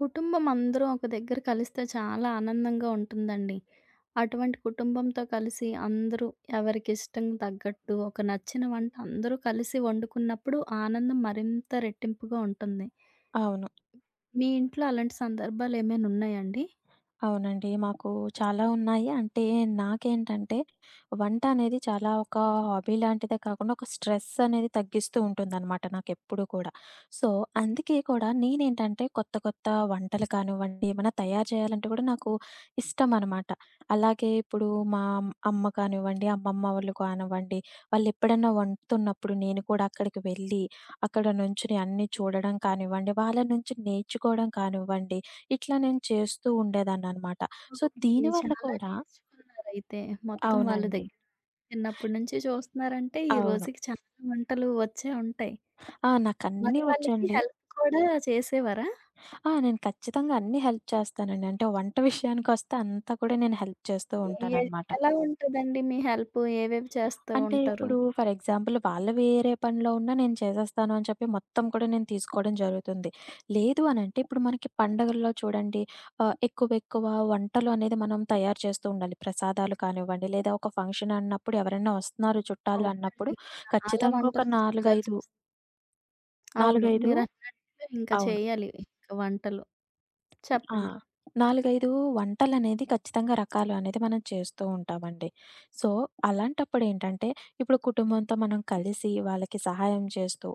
కుటుంబం అందరూ ఒక దగ్గర కలిస్తే చాలా ఆనందంగా ఉంటుందండి. అటువంటి కుటుంబంతో కలిసి అందరూ ఎవరికిష్టం తగ్గట్టు ఒక నచ్చిన వంట అందరూ కలిసి వండుకున్నప్పుడు ఆనందం మరింత రెట్టింపుగా ఉంటుంది. అవును. మీ ఇంట్లో అలాంటి సందర్భాలేమైనా ఉన్నాయండి? అవునండి. మాకు చాలా ఉన్నాయి. అంటే నాకేంటంటే వంట అనేది చాలా ఒక హాబీ లాంటిదే కాకుండా ఒక స్ట్రెస్ అనేది తగ్గిస్తూ ఉంటుందనమాట నాకెప్పుడు కూడా. సో, అందుకే కూడా కొత్త కొత్త వంటలు కానివ్వండి, ఏమైనా తయారు చేయాలంటే కూడా నాకు ఇష్టమనమాట. అలాగే ఇప్పుడు మా అమ్మ కానివ్వండి, అమ్మమ్మ వాళ్ళు కానివ్వండి, వాళ్ళెప్పుడన్నా వండుతున్నప్పుడు నేను కూడా అక్కడికి వెళ్ళి, అక్కడ నుంచుని అన్నీ చూడడం కానివ్వండి, వాళ్ళ నుంచి నేర్చుకోవడం కానివ్వండి, ఇట్లా నేను చేస్తూ ఉండేదాన్ననమాట. ఓకే. దీనివల్ల చాలా కూడా నేర్చుకున్నారైతే. మొత్తం వాళ్ళ అవునండి. దగ్గర చిన్నప్పటి నుంచి చూస్తున్నారంటే ఈ అవును. రోజుకి చాలా వంటలు వచ్చే ఉంటాయి. ఆ! మరి నాకన్నీ వాళ్ళకి ఒచ్చండి. హెల్ప్ కూడా చేసేవారా? ఆ! నేను ఖచ్చితంగా అన్నీ హెల్ప్ చేస్తానండి. అంటే వంట విషయానికొస్తే అంతా కూడా నేను హెల్ప్ చేస్తూ ఎ ఉంటాననమాట. ఎలా ఉంటదండి మీ హెల్ప్? ఏవేవి చేస్తూ అంటే ఉంటారు? ఇప్పుడు ఫర్ ఎగ్జాంపుల్ వాళ్ళు వేరే పనిలో ఉన్నా నేను చేసేస్తాను అని చెప్పి మొత్తం కూడా నేను తీసుకోవడం జరుగుతుంది. లేదు అనంటే ఇప్పుడు మనకి పండగల్లో చూడండి ఎక్కువెక్కువ వంటలు అనేది మనం తయారు చేస్తూ ఉండాలి. ప్రసాదాలు కానివ్వండి లేదా ఒక ఫంక్షన్ అన్నప్పుడు ఎవరైనా వస్తున్నారు చుట్టాలు అన్నప్పుడు అవునండి. చాలా ఖచ్చితంగా ఒక వంటలు 4, 5 చేయాల్సొస్తుంది. 4, అవును, 5 మీరన్నట్టుగా ఇంకా అవును. చేయాలి ఇంక వంటలు. ఆ! చెప్పండి. 4, 5 వంటలనేది ఖచ్చితంగా రకాలు అనేది మనం చేస్తూ ఉంటామండి. సో, అలాంటప్పుడేంటంటే ఇప్పుడు కుటుంబంతో మనం కలిసి వాళ్ళకి సహాయం చేస్తూ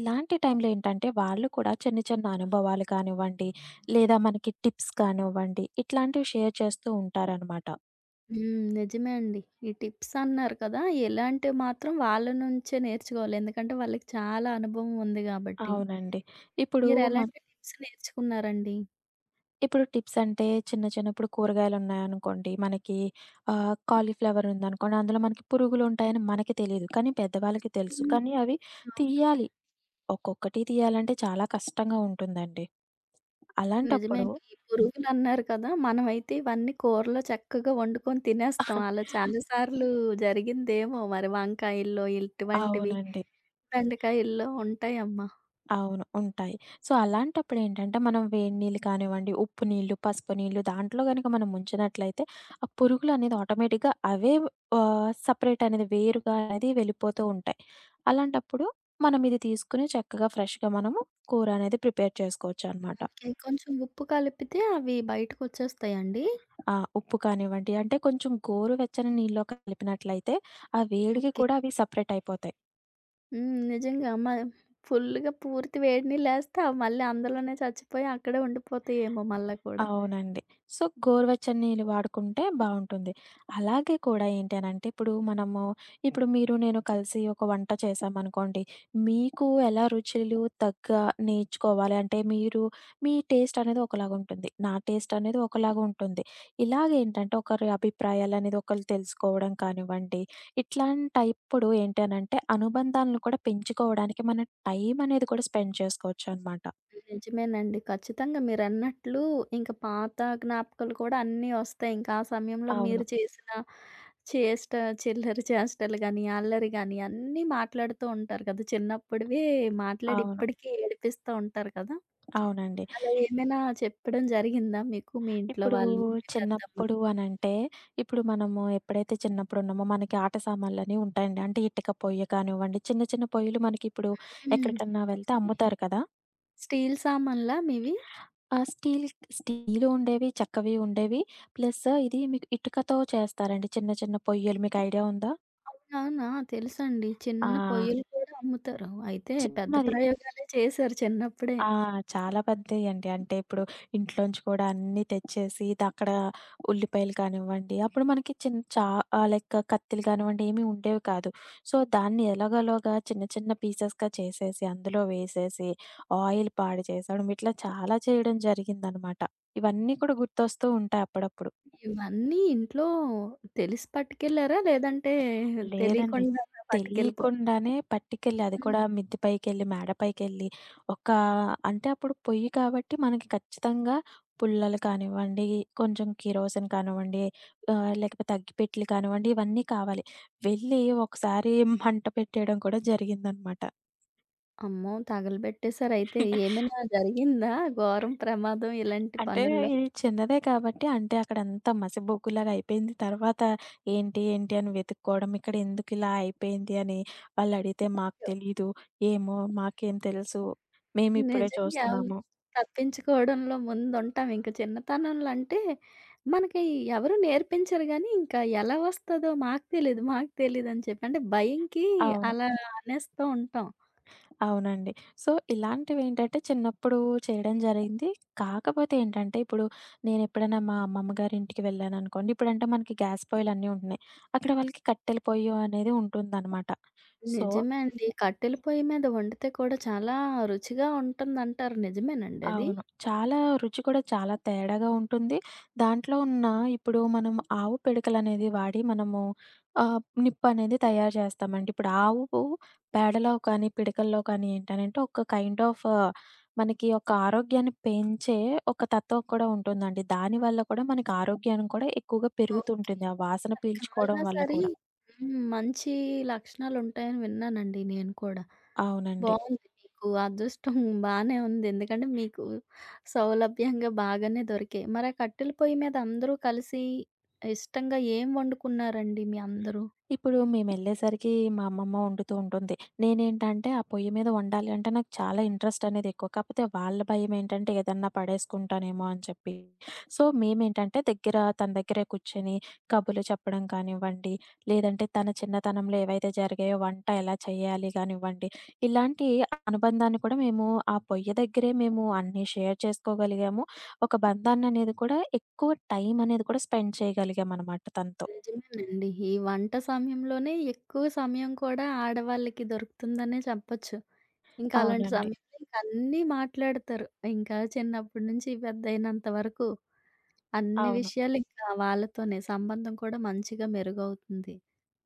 ఇలాంటి టైంలో ఏంటంటే, వాళ్ళు కూడా చిన్న చిన్న అనుభవాలు కానివ్వండి, లేదా మనకి టిప్స్ కానివ్వండి, ఇట్లాంటివి షేర్ చేస్తూ ఉంటారనమాట. హ్మ్. నిజమే అండి. ఈ టిప్స్ అన్నారు కదా! ఇలాంటివి మాత్రం వాళ్ళ నుంచే నేర్చుకోవాలి. ఎందుకంటే వాళ్ళకి చాలా అనుభవం ఉంది గాబట్టి. అవునండి. ఇప్పుడు మన్ మీరెలాంటి టిప్స్ నేర్చుకున్నారండి? ఇప్పుడు టిప్స్ అంటే చిన్న చిన్న ఇప్పుడు కూరగాయలున్నాయనుకోండి, మనకి కాలీఫ్లవర్ ఉందనుకోండి, అందులో మనకి పురుగులుంటాయని మనకి తెలీదు. కానీ పెద్దవాళ్ళకి తెలుసు. హ్మ్. కానీ అవి తీయాలి. ఒక్కొక్కటి తీయాలంటే చాలా కష్టంగా ఉంటుందండి. నిజమే. అలాంటప్పుడు ఈ పురుగులన్నారు కదా! మనమైతే ఇవన్నీ కూరలో చక్కగా వండుకొని తినేస్తాం. అలా చాలా సార్లు జరిగిందేమో మరి వంకాయల్లో ఇటువంటివి, అవునండి. బెండకాయల్లో ఉంటాయమ్మా. అవును. ఉంటాయి. అలాంటప్పుడేంటంటే, మనం వేడి నీళ్ళు కానివ్వండి, ఉప్పు నీళ్ళు, పసుపు నీళ్ళు దాంట్లో గనక మనం ముంచినట్లయితే, ఆ పురుగులనేది ఆటోమేటిక్‌గా అవే సెపరేట్ అనేది వేరుగా అనేది వెళ్ళిపోతూ ఉంటాయి. అలాంటప్పుడు మనం ఇది తీసుకొని చక్కగా ఫ్రెష్‌గా మనము కూర అనేది ప్రిపేర్ చేసుకోవచ్చనమాట. ఓకే. కొంచెం ఉప్పు కలిపితే అవి బయటకొచ్చేస్తాయండి? ఆ! ఉప్పు కానివ్వండి, అంటే కొంచెం గోరువెచ్చని నీళ్ళలో కలిపినట్లయితే, ఆ వేడికి ఓకే. కూడా అవి సెపరేట్ అయిపోతాయి. హ్మ్. నిజంగా మ ఫుల్లుగా పూర్తి వేడి నీళ్ళేస్తే అవి మళ్ళీ అందులోనే చచ్చిపోయి అక్కడే ఉండిపోతాయేమో మళ్ళా కూడా. అవునండి. గోరువెచ్చని నీళ్ళు వాడుకుంటే బావుంటుంది. అలాగే కూడా ఏంటి అనంటే, ఇప్పుడు మనము ఇప్పుడు మీరు నేను కలిసి ఒక వంట చేశామనుకోండి. మీకు ఎలా రుచులు తగ్గ నేర్చుకోవాలి అంటే, మీరు మీ టేస్ట్ అనేది ఒకలాగుంటుంది. నా టేస్ట్ అనేది ఒకలాగుంటుంది. ఇలాగేంటంటే, ఒకరి అభిప్రాయాలనేది ఒకళ్ళు తెలుసుకోవడం కానివ్వండి, ఇట్లాంటప్పుడు ఏంటి అనంటే, అనుబంధాలను కూడా పెంచుకోవడానికి మన టైం అనేది కూడా స్పెండ్ చేసుకోవచ్చనమాట. నిజమేనండి. ఖచ్చితంగా మీరన్నట్లు ఇంక పాత జ్ఞాపకాలు కూడా అన్నీ ఒస్తాయి. ఇంకా ఆ సమయంలో అవును. మీరు చేసిన చేష్ట, చిల్లర చేష్టలు గాని, అల్లరి గాని అన్నీ మాట్లాడుతూ ఉంటారు కదా! చిన్నప్పుడివే మాట్లాడి అవును. ఇప్పటికీ ఏడిపిస్తా ఉంటారు కదా! అవునండి. అలా ఏమైనా చెప్పడం జరిగిందా మీకు మీ ఇంట్లో ఇప్పుడు వాళ్ళు, మీ పెద్దమ్మలు? చిన్నప్పుడు అనంటే, ఇప్పుడు మనము ఎప్పుడైతే చిన్నప్పుడు ఉన్నామో మనకి ఆట సామాన్లన్నీ ఉంటాయండి. అంటే ఇటుక పొయ్య కానివ్వండి, చిన్న చిన్న పొయ్యలు మనకిప్పుడు హ్మ్. ఎక్కడికన్నా వెళ్తే అమ్ముతారు కదా! స్టీల్ సామాన్లా మీవి? ఆ స్టీలు ఉండేవి, చెక్కవి ఉండేవి. ప్లస్ ఇది మీకు ఇటుకతో చేస్తారండి చిన్న చిన్న పొయ్యలు మీకు ఐడియా ఉందా? అవునా! తెలుసండి. ఆ! చిన్న పొయ్యలు కూడా అమ్ముతారు. అయితే పెద్ద చిన్నది. ప్రయోగాలే చేశారు చిన్నప్పుడే. ఆ! చాలా పెద్దయండి. అంటే ఇప్పుడు ఇంట్లోంచి కూడా అన్నీ తెచ్చేసి ఇది అక్కడ ఉల్లిపాయలు కానివ్వండి, అప్పుడు మనకి చిన్న చా లైక్ కత్తిలు కానివ్వండి ఏమి ఉండేవి కాదు. దాన్ని ఎలాగోలాగా చిన్న చిన్న పీసెస్‌గా చేసేసి, అందులో వేసేసి, ఆయిల్ పాడు చేసేయడం ఇట్లా చాలా చేయడం జరిగిందనమాట. ఇవన్నీ కూడా గుర్తొస్తూ ఉంటాయి అప్పుడప్పుడు. ఇవన్నీ ఇంట్లో తెలిసి పట్టుకెళ్లారా? లేదంటే లేదండి. తెలియకుండా పట్టుకెళ్ళిపోయారా? తెలియకుండానే పట్టుకెళ్ళి అది కూడా మిద్ది పైకెళ్ళి, మేడ పైకెళ్ళి ఒకా అంటే అప్పుడు పొయ్యి కాబట్టి మనకి ఖచ్చితంగా పుల్లలు కానివ్వండి, కొంచెం కిరోసిన్ కానివ్వండి, లేకపోతే అగ్గిపెట్టెలు కానివ్వండి, ఇవన్నీ కావాలి. వెళ్ళి ఒకసారి మంట పెట్టేయడం కూడా జరిగిందనమాట. అమ్మో! తగలబెట్టేసారయితే. ఏమైనా జరిగిందా ఘోరం ప్రమాదం ఇలాంటి అంటే పనుల్లో? ఇది చిన్నదే కాబట్టి అంటే అక్కడంతా మసిబొగ్గులాగా అయిపోయింది. తర్వాత ఏంటి, ఏంటి అని వెతుక్కోవడం. ఇక్కడ ఎందుకిలా అయిపోయింది అని వాళ్ళడిగితే మాకు అయ్యో! తెలీదు. ఏమో మాకేం తెలుసు. మేమిప్పుడే నిజంగా అవును. చూస్తున్నాము. తప్పించుకోవడంలో ముందుంటాం. ఇంక చిన్నతనంలో అంటే మనకి ఎవరు నేర్పించరు గానీ, ఇంకా ఎలా వస్తదో మాకు తెలీదు, మాకు తెలీదని చెప్పి. అంటే భయంకి అవును. అలా అనేస్తూ ఉంటాం. అవునండి. ఇలాంటివేంటంటే చిన్నప్పుడు చేయడం జరిగింది. కాకపోతే ఏంటంటే ఇప్పుడు నేనెప్పుడైనా మా అమ్మమ్మ గారింటికి వెళ్ళాననుకోండి. ఇప్పుడంటే మనకి గ్యాస్ పొయ్యిలన్నీ ఉంటున్నాయి. అక్కడ వాళ్ళకి కట్టెల పొయ్యి అనేది ఉంటుందనమాట. సో నిజమే అండి. కట్టెల పొయ్యి మీద వండితే కూడా చాలా రుచిగా ఉంటుందంటారు. నిజమేనండి అది? అవును. చాలా రుచి కూడా చాలా తేడాగా ఉంటుంది. దాంట్లో ఉన్న ఇప్పుడు మనం ఆవు పిడకలనేది వాడి మనము నిప్పనేది తయారు చేస్తామండి. ఇప్పుడు ఆవు పేడలో కానీ, పిడకల్లో కానీ ఏంటనంటే ఒక కైండ్ ఆఫ్ మనకి ఒక ఆరోగ్యాన్ని పెంచే ఒక తత్వం కూడా ఉంటుందండి. దానివల్ల కూడా మనకి ఆరోగ్యం కూడా ఎక్కువగా ఓకే. పెరుగుతుంటుంది. ఆ వాసన అది పీల్చుకోవడం కాలినా వల్ల సరే కూడా. హ్మ్. మంచి లక్షణాలుంటాయని విన్నానండి నేను కూడా. అవునండి. బావుంది. మీకు అదృష్టం బానే ఉంది. ఎందుకంటే మీకు సౌలభ్యంగా బాగానే దొరికాయి. మరి ఆ కట్టెల పొయ్యి మీద అందరూ కలిసి ఇష్టంగా ఏం వండుకున్నారండి మీ అందరూ? ఇప్పుడు మేమెళ్ళేసరికి మా అమ్మమ్మ వండుతూ ఉంటుంది. నేనేంటంటే ఆ పొయ్యి మీద వండాలి అంటే నాకు చాలా ఇంట్రెస్ట్ అనేది ఎక్కువ. కాకపోతే వాళ్ళ భయమేంటంటే ఏదన్నా పడేసుకుంటానేమో అని చెప్పి. సో, మేమేంటంటే దగ్గర తన దగ్గరే కూర్చొని కబుర్లు చెప్పడం కానివ్వండి, లేదంటే తన చిన్నతనంలో ఏవైతే జరిగాయో వంట ఎలా చేయాలి గానివ్వండి, ఇలాంటి అనుబంధాన్ని కూడా మేము ఆ పొయ్యి దగ్గరే మేము అన్నీ షేర్ చేసుకోగలిగాము. ఒక బంధాన్ననేది కూడా ఎక్కువ టైం అనేది కూడా స్పెండ్ చేయగలిగామనమాట తనతో. నిజమేనండి. ఈ వంట సమయంలోనే ఎక్కువ సమయం కూడా ఆడవాళ్ళకి దొరుకుతుందనే చెప్పొచ్చు. ఇంకా అలాంటి అవునండి. సమయంలో ఇంక అన్నీ మాట్లాడతారు. ఇంకా చిన్నప్పటి నుంచి పెద్దయినంత వరకు అన్ని అవును. విషయాలు ఇంకా వాళ్ళతోనే సంబంధం కూడా మంచిగా మెరుగవుతుంది.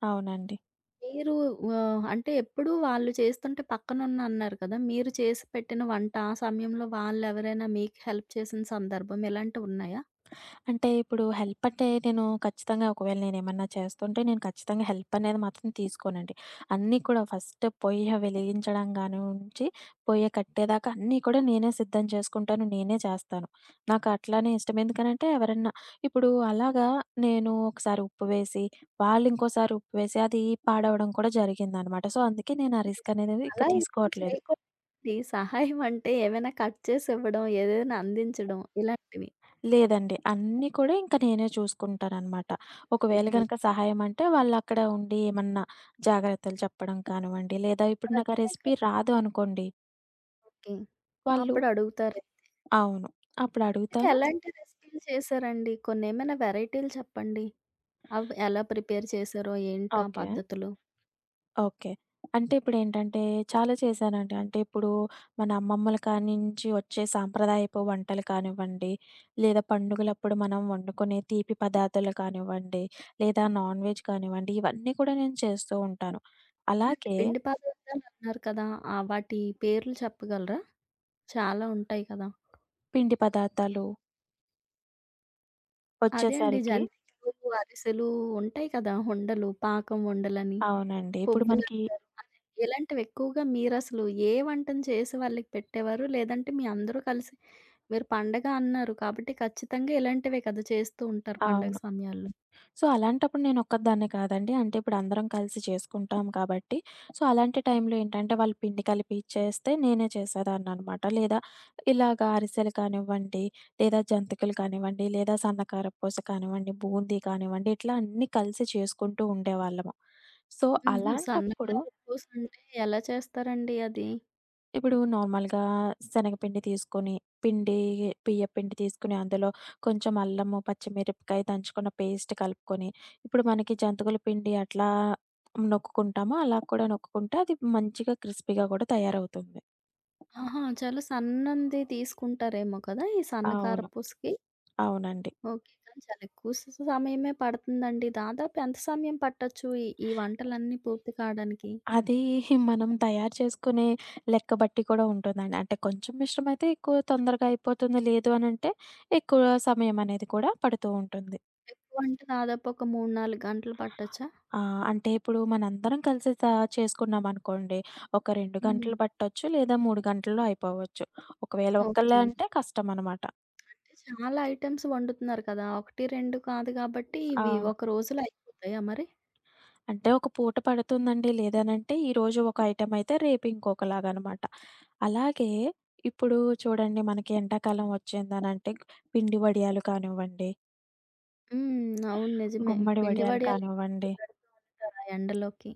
అవునండి. మీరు అంటే ఎప్పుడు వాళ్ళు చేస్తుంటే పక్కనున్నా అన్నారు కదా! మీరు చేసి పెట్టిన వంట ఆ సమయంలో వాళ్ళెవరైనా మీకు హెల్ప్ చేసిన సందర్భం ఇలాంటివున్నాయా? అంటే ఇప్పుడు హెల్ప్ అంటే నేను ఖచ్చితంగా ఒకవేళ నేనేమన్నా చేస్తుంటే నేను ఖచ్చితంగా హెల్ప్ అనేది మాత్రం తీసుకోనండి. అన్నీ కూడా ఫస్ట్ పొయ్య వెలిగించడం గానుంచి, పొయ్య కట్టేదాకా అన్నీ కూడా నేనే సిద్ధం చేసుకుంటాను. నేనే చేస్తాను. నాకు అట్లానే ఇష్టం. ఎందుకనంటే ఎవరన్నా ఇప్పుడు అలాగా నేను ఒకసారి ఉప్పు వేసి, వాళ్ళు ఇంకోసారి ఉప్పు వేసి అది పాడవడం కూడా జరిగిందనమాట. అందుకే నేను ఆ రిస్క్ నిజం. అనేది ఇంక అలా ఎప్పుడు తీసుకోవట్లేదు. చేయకూడదు. ఈ సహాయం అంటే ఏవైనా కట్ చేసి ఇవ్వడం, ఏదైనా అందించడం ఇలాంటివి. లేదండి. అన్నీ కూడా ఇంక నేనే చూసుకుంటాననమాట. ఒకవేళ ఓకే. గనక సహాయం అంటే వాళ్ళక్కడ ఉండి ఏమన్నా జాగ్రత్తలు చెప్పడం కానివ్వండి, లేదా ఇప్పుడు నాకు ఆ ప్రత్యేక రెసిపీ రాదు అనుకోండి, ఓకే. వాళ్ళు అప్పుడు అడుగుతారు. అవును. ఇంతకీ అప్పుడడుగుతాను. ఎలాంటి రెసిపీలు చేశారండి? కొన్నేమైనా వెరైటీలు చెప్పండి. అవి ఎలా ప్రిపేర్ చేశారో? ఏంటో ఆ ఓకే. పద్ధతులు? ఓకే. అంటే ఇప్పుడేంటంటే చాలా చేశానండి. అంటే ఇప్పుడు మన అమ్మమ్మల కానించి వచ్చే సాంప్రదాయపు వంటలు కానివ్వండి, లేదా పండుగలప్పుడు మనం వండుకునే తీపి పదార్థాలు కానివ్వండి, లేదా నాన్ వెజ్ కానివ్వండి, ఇవన్నీ కూడా నేను చేస్తూ ఉంటాను. అవునండి. అలాగే పిండి పదార్థాలన్నారు కదా! ఆ వాటి పేర్లు చెప్పగలరా? చాలా ఉంటాయి కదా! పిండి పదార్థాలు అదే అండి వచ్చేసరికి జంతికలు, అరిసెలు ఉంటాయి కదా! ఉండలు, పాకం ఉండలని, అవునండి. ఇప్పుడు మనకి పువ్వులంటారు. అదే ఇలాంటివి ఎక్కువగా మీరసలు ఏ వంటను చేసి వాళ్ళకి పెట్టేవారు? లేదంటే మీ అందరూ కలిసి మీరు పండగ అన్నారు కాబట్టి ఖచ్చితంగా ఇలాంటివే కదా! చేస్తూ ఉంటారు పండగ అవును. సమయాల్లో. అలాంటప్పుడు నేను ఒక్కదాన్నే కాదండి. అంటే ఇప్పుడు అందరం కలిసి చేసుకుంటాం కాబట్టి, అలాంటి టైంలో ఏంటంటే వాళ్ళు పిండి కలిపి ఇచ్చేస్తే నేనే చేసేదాన్ననమాట. లేదా ఇలాగ అరిసెలు కానివ్వండి, లేదా జంతికలు కానివ్వండి, లేదా సన్నకారపూస కానివ్వండి, బూందీ కానివ్వండి, ఇట్లా అన్నీ కలిసి చేసుకుంటూ ఉండేవాళ్ళము. సో, హుహు. అలాంటప్పుడు సన్నకార పూస అంటే ఎలా చేస్తారండి అది? ఇప్పుడు నార్మల్‌గా శనగపిండి తీసుకొని, పిండి బియ్యపిండి తీసుకొని, అందులో కొంచెం అల్లము, పచ్చిమిరపకాయ దంచుకున్న పేస్ట్ కలుపుకొని, ఇప్పుడు మనకి జంతికల పిండి అట్లా నొక్కుకుంటామో, అలా కూడా నొక్కుకుంటే అది మంచిగా క్రిస్పీగా కూడా తయారవుతుంది. ఆహా! చాలా సన్నంది తీసుకుంటారేమో కదా! ఈ సన్నకార అవును. పూసకి? అవునండి. ఓకే. కానీ చాలా ఎక్కువ సమయమే పడుతుందండి. దాదాపు ఎంత సమయం పట్టొచ్చు ఈ ఈ వంటలన్నీ పూర్తి కాడానికి? అది మనం తయారు చేసుకునే లెక్క బట్టి కూడా ఉంటుందండి. అంటే కొంచెం మిశ్రమం అయితే ఎక్కువ తొందరగా అయిపోతుంది. లేదు అనంటే ఎక్కువ సమయం అనేది కూడా పడుతూ ఉంటుంది. ఎక్కువంటే దాదాపు ఒక 3, 4 గంటలు పట్టొచ్చా? ఆ! అంటే ఇప్పుడు మనందరం కలిసి చేసుకున్నామనుకోండి, ఒక 2 హ్మ్. గంటలు పట్టొచ్చు, లేదా 3 గంటల్లో అయిపోవచ్చు. ఒకవేళ ఒక్కళ్ళే ఓకే. అంటే కష్టమనమాట. అంటే చాలా ఐటెమ్స్ వండుతున్నారు కదా! 1, 2 కాదు కాబట్టి ఇవి అవును. ఒక రోజులో అయిపోతాయా మరి? అంటే ఒక పూట పడుతుందండి. లేదనంటే ఈరోజు ఒక ఐటెమ్ అయితే రేపు ఇంకొకలాగనమాట. అలాగే ఇప్పుడు చూడండి మనకి ఎండాకాలం వచ్చిందనంటే పిండి వడియాలు కానివ్వండి, హ్మ్. అవును నిజమే. గుమ్మడి పిండి వడియాలు వడియాలు కానివ్వండి ఎక్కువగా పెడుతూ ఉంటారు ఆ ఎండలోకి.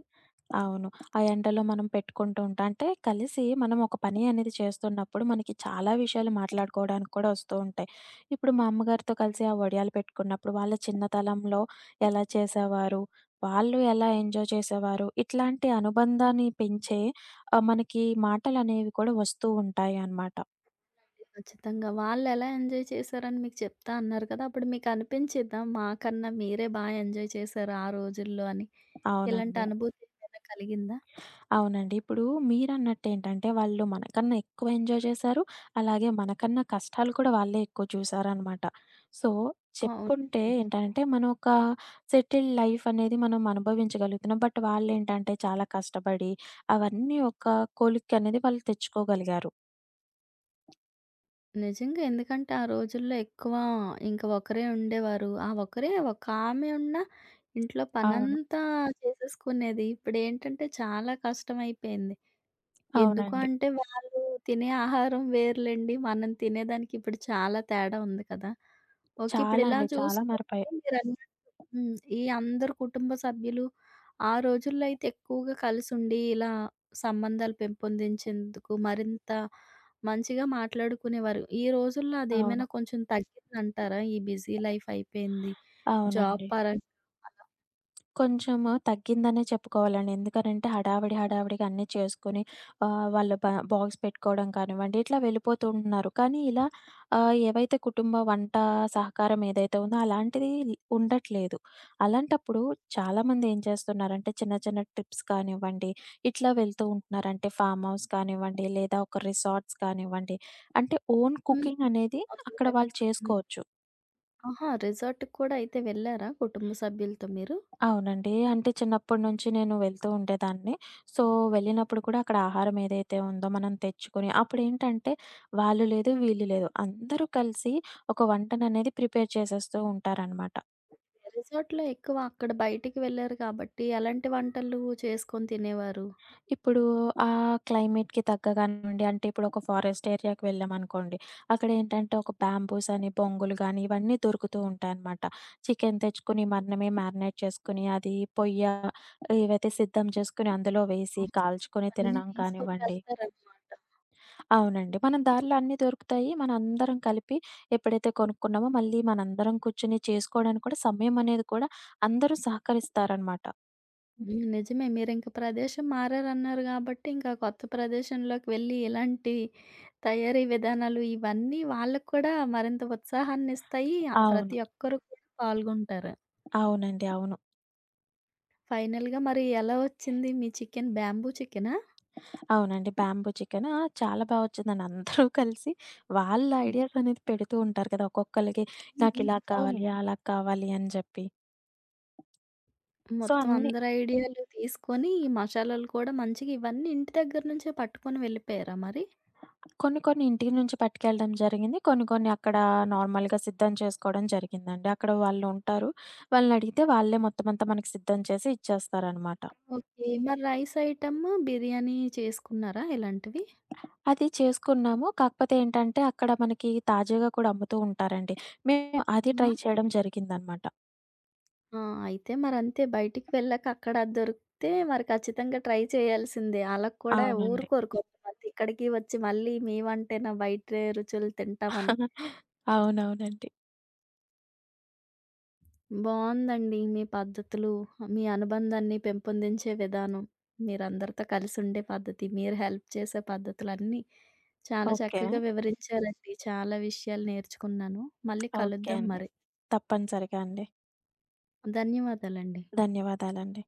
అవును. ఆ ఎండలో మనం పెట్టుకుంటూ ఉంటాం. అంటే కలిసి మనం ఒక పని అనేది చేస్తున్నప్పుడు మనకి చాలా విషయాలు మాట్లాడుకోవడానికి కూడా వస్తూ ఉంటాయి. ఇప్పుడు మా అమ్మగారితో కలిసి ఆ వడియాలు పెట్టుకున్నప్పుడు వాళ్ళ చిన్నతనంలో ఎలా చేసేవారు? వాళ్ళు ఎలా ఎంజాయ్ చేసేవారు? ఇట్లాంటి అనుబంధాన్ని పెంచే మనకి మాటలనేవి కూడా వస్తూ ఉంటాయన్నమాట. ఖచ్చితంగా. వాళ్ళెలా ఎంజాయ్ చేశారని మీకు చెప్తా అన్నారు కదా! అప్పుడు మీకు అనిపించిద్దా? మాకన్నా మీరే బా ఎంజాయ్ చేశారు ఆ రోజుల్లో అని? ఇలాంటి అవునండి. అనుభూతి ఏమైనా కలిగిందా? అవునండి. ఇప్పుడు మీరన్నట్టేంటంటే, వాళ్ళు మనకన్నా ఎక్కువ ఎంజాయ్ చేశారు. అలాగే మనకన్నా కష్టాలు కూడా వాళ్ళే ఎక్కువ చూసారనమాట. సో, ఆ! చెప్పుకుంటే అవునండి. ఏంటంటే, మనం ఒక సెటిల్డ్ లైఫ్ అనేది మనం అనుభవించగలుగుతున్నాం. బట్ వాళ్ళేంటంటే, చాలా కష్టపడి, అవన్నీ ఒక కొలిక్కనేది వాళ్ళు తెచ్చుకోగలిగారు. నిజంగా ఎందుకంటే ఆ రోజుల్లో ఎక్కువ ఇంకా ఒకరే ఉండేవారు. ఆ ఒకరే ఒక ఆమె ఉన్నా ఇంట్లో అవును. పనంతా చేసేసుకునేది. ఇప్పుడేంటంటే చాలా కష్టమైపోయింది. ఎందుకు అవునండి. అంటే వాళ్ళు తినే ఆహారం వేరులెండి. మనం తినేదానికి ఇప్పుడు చాలా తేడా ఉంది కదా! ఓకే. ఇప్పుడు చాలా ఇలా అండి. చాలా మారిపోయాయి. చూసుకుంటే మీరన్ హ్మ్. ఈ అందరు కుటుంబ సభ్యులు ఆ రోజుల్లో అయితే ఎక్కువగా కలిసుండి, ఇలా సంబంధాలు పెంపొందించేందుకు మరింత మంచిగా మాట్లాడుకునేవారు. ఈ రోజుల్లో అదేమైనా అవును. కొంచెం తగ్గిందంటారా? ఈ బిజీ లైఫ్ అయిపోయింది. జాబ్ అవునండి. పరంగా అలా. కొంచెము తగ్గిందనే చెప్పుకోవాలండి. ఎందుకనంటే హడావిడి, హడావిడిగా అన్నీ చేసుకొని వాళ్ళు బ బాక్స్ పెట్టుకోవడం కానివ్వండి, ఇట్లా వెళ్ళిపోతూ ఉంటున్నారు. కానీ ఇలా ఏవైతే కుటుంబ వంట సహకారం ఏదైతే ఉందో అలాంటిది ఉండట్లేదు. అలాంటప్పుడు చాలామంది ఏం చేస్తున్నారంటే చిన్న చిన్న ట్రిప్స్ కానివ్వండి, ఇట్లా వెళ్తూ ఉంటున్నారు. అంటే ఫార్మ్ హౌస్ కానివ్వండి, లేదా ఒక రిసార్ట్స్ కానివ్వండి, అంటే ఓన్ హ్మ్. కుకింగ్ అనేది అక్కడ అవునండి. వాళ్ళు నిజమే. చేసుకోవచ్చు. ఆహా! రిసార్ట్‌కి కూడా అయితే వెళ్లారా కుటుంబ సభ్యులతో మీరు? అవునండి. అంటే చిన్నప్పటి నుంచి నేను వెళ్తూ ఉండేదాన్ని. సో, వెళ్ళినప్పుడు కూడా అక్కడ ఆహారం ఏదైతే ఉందో మనం తెచ్చుకొని అప్పుడేంటంటే వాళ్ళు లేదు, వీళ్ళు లేదు అందరూ కలిసి ఒక వంటననేది ప్రిపేర్ చేసేస్తూ ఉంటారనమాట. రిసార్ట్‌లో ఎక్కువ అక్కడ బయటికి వెళ్లారు కాబట్టి ఎలాంటి వంటలు చేసుకొని తినేవారు? ఇప్పుడు ఆ క్లైమేట్‌కి తగ్గ కానివ్వండి, అంటే ఇప్పుడు ఒక ఫారెస్ట్ ఏరియాకి వెళ్ళామనుకోండి, అక్కడ ఏంటంటే ఒక బ్యాంబూస్ అని, బొంగులు గాని ఇవన్నీ దొరుకుతూ ఉంటాయనమాట. చికెన్ తెచ్చుకొని మనమే మ్యారినేట్ చేసుకొని అది పొయ్య ఇవైతే సిద్ధం చేసుకొని అందులో వేసి కాల్చుకొని అన్నీ తినడం తీసుకొని కానివ్వండి. వెళ్తారనమాట. అవునండి. మన దారిలో అన్నీ దొరుకుతాయి. మనందరం కలిపి ఎప్పుడైతే కొనుక్కున్నామో మళ్ళీ మనందరం కూర్చొని చేసుకోవడానికి కూడా సమయం అనేది కూడా అందరూ సహకరిస్తారనమాట. హ్మ్. నిజమే. మీరింక ప్రదేశం మారారన్నారు గాబట్టి, ఇంకా కొత్త ప్రదేశంలోకి వెళ్ళి ఇలాంటి తయారీ విధానాలు ఇవన్నీ వాళ్ళకి కూడా మరింత ఉత్సాహాన్నిస్తాయి. అవును. ప్రతి ఒక్కరు కూడా పాల్గొంటారు. అవునండి. అవును. ఫైనల్‌గా మరి ఎలా వచ్చింది మీ చికెన్? బ్యాంబూ చికెనా? అవునండి. బాంబూ చికెన్ ఆ! చాలా బా వచ్చిందండి. అందరూ కలిసి వాళ్ళ హ్మ్. ఐడియాస్ అనేది పెడుతూ ఉంటారు కదా! ఒక్కొక్కళ్ళకి హ్మ్. నాకిలా అవును. కావాలి, అలా కావాలి అని జెప్పి. మొత్తం అన్నీ అందరి ఐడియాలు తీసుకొని, ఈ మసాలాలు కూడా మంచిగా ఇవన్నీ ఇంటి దగ్గర నుంచే పట్టుకొని వెళ్ళిపోయారా మరి? కొన్ని కొన్ని ఇంటి నుంచి పట్టుకెళ్ళడం జరిగింది. కొన్ని కొన్ని అక్కడ నార్మల్‌గా సిద్ధం చేసుకోవడం జరిగిందండి. అక్కడ వాళ్ళుంటారు. వాళ్ళనడిగితే వాళ్ళే మొత్తం అంతా మనకి సిద్ధం చేసి ఇచ్చేస్తారనమాట. ఓకే. మరి రైస్ ఐటమ్ బిర్యానీ చేసుకున్నారా ఇలాంటివి? అది చేసుకున్నాము. కాకపోతే ఏంటంటే అక్కడ మనకి తాజాగా కూడా అమ్ముతూ ఉంటారండి. మేము అది ట్రై చేయడం జరిగిందనమాట. ఆ! అయితే మరంతే బయటికి వెళ్ళాక అక్కడ అది దొరికితే మరి ఖచ్చితంగా ట్రై చేయాల్సిందే. ఆళ్ళకి కూడా అవునండి. ఊరుకోరు కొంతమంది ఇక్కడికి వచ్చి మళ్ళీ మేవంటేనా బయట రుచులు తింటామని. అవునవునండి. బావుందండి మీ పద్ధతులు, మీ అనుబంధాన్ని పెంపొందించే విధానం, మీరందరితో కలిసుండే పద్ధతి, మీరు హెల్ప్ చేసే పద్ధతులన్నీ చాలా ఓకే. చక్కగా వివరించారండి. చాలా విషయాలు నేర్చుకున్నాను. మళ్ళీ ఓకే కలుద్దాం అండి. మరి. తప్పనిసరిగా అండి. ధన్యవాదాలండి. ధన్యవాదాలండి.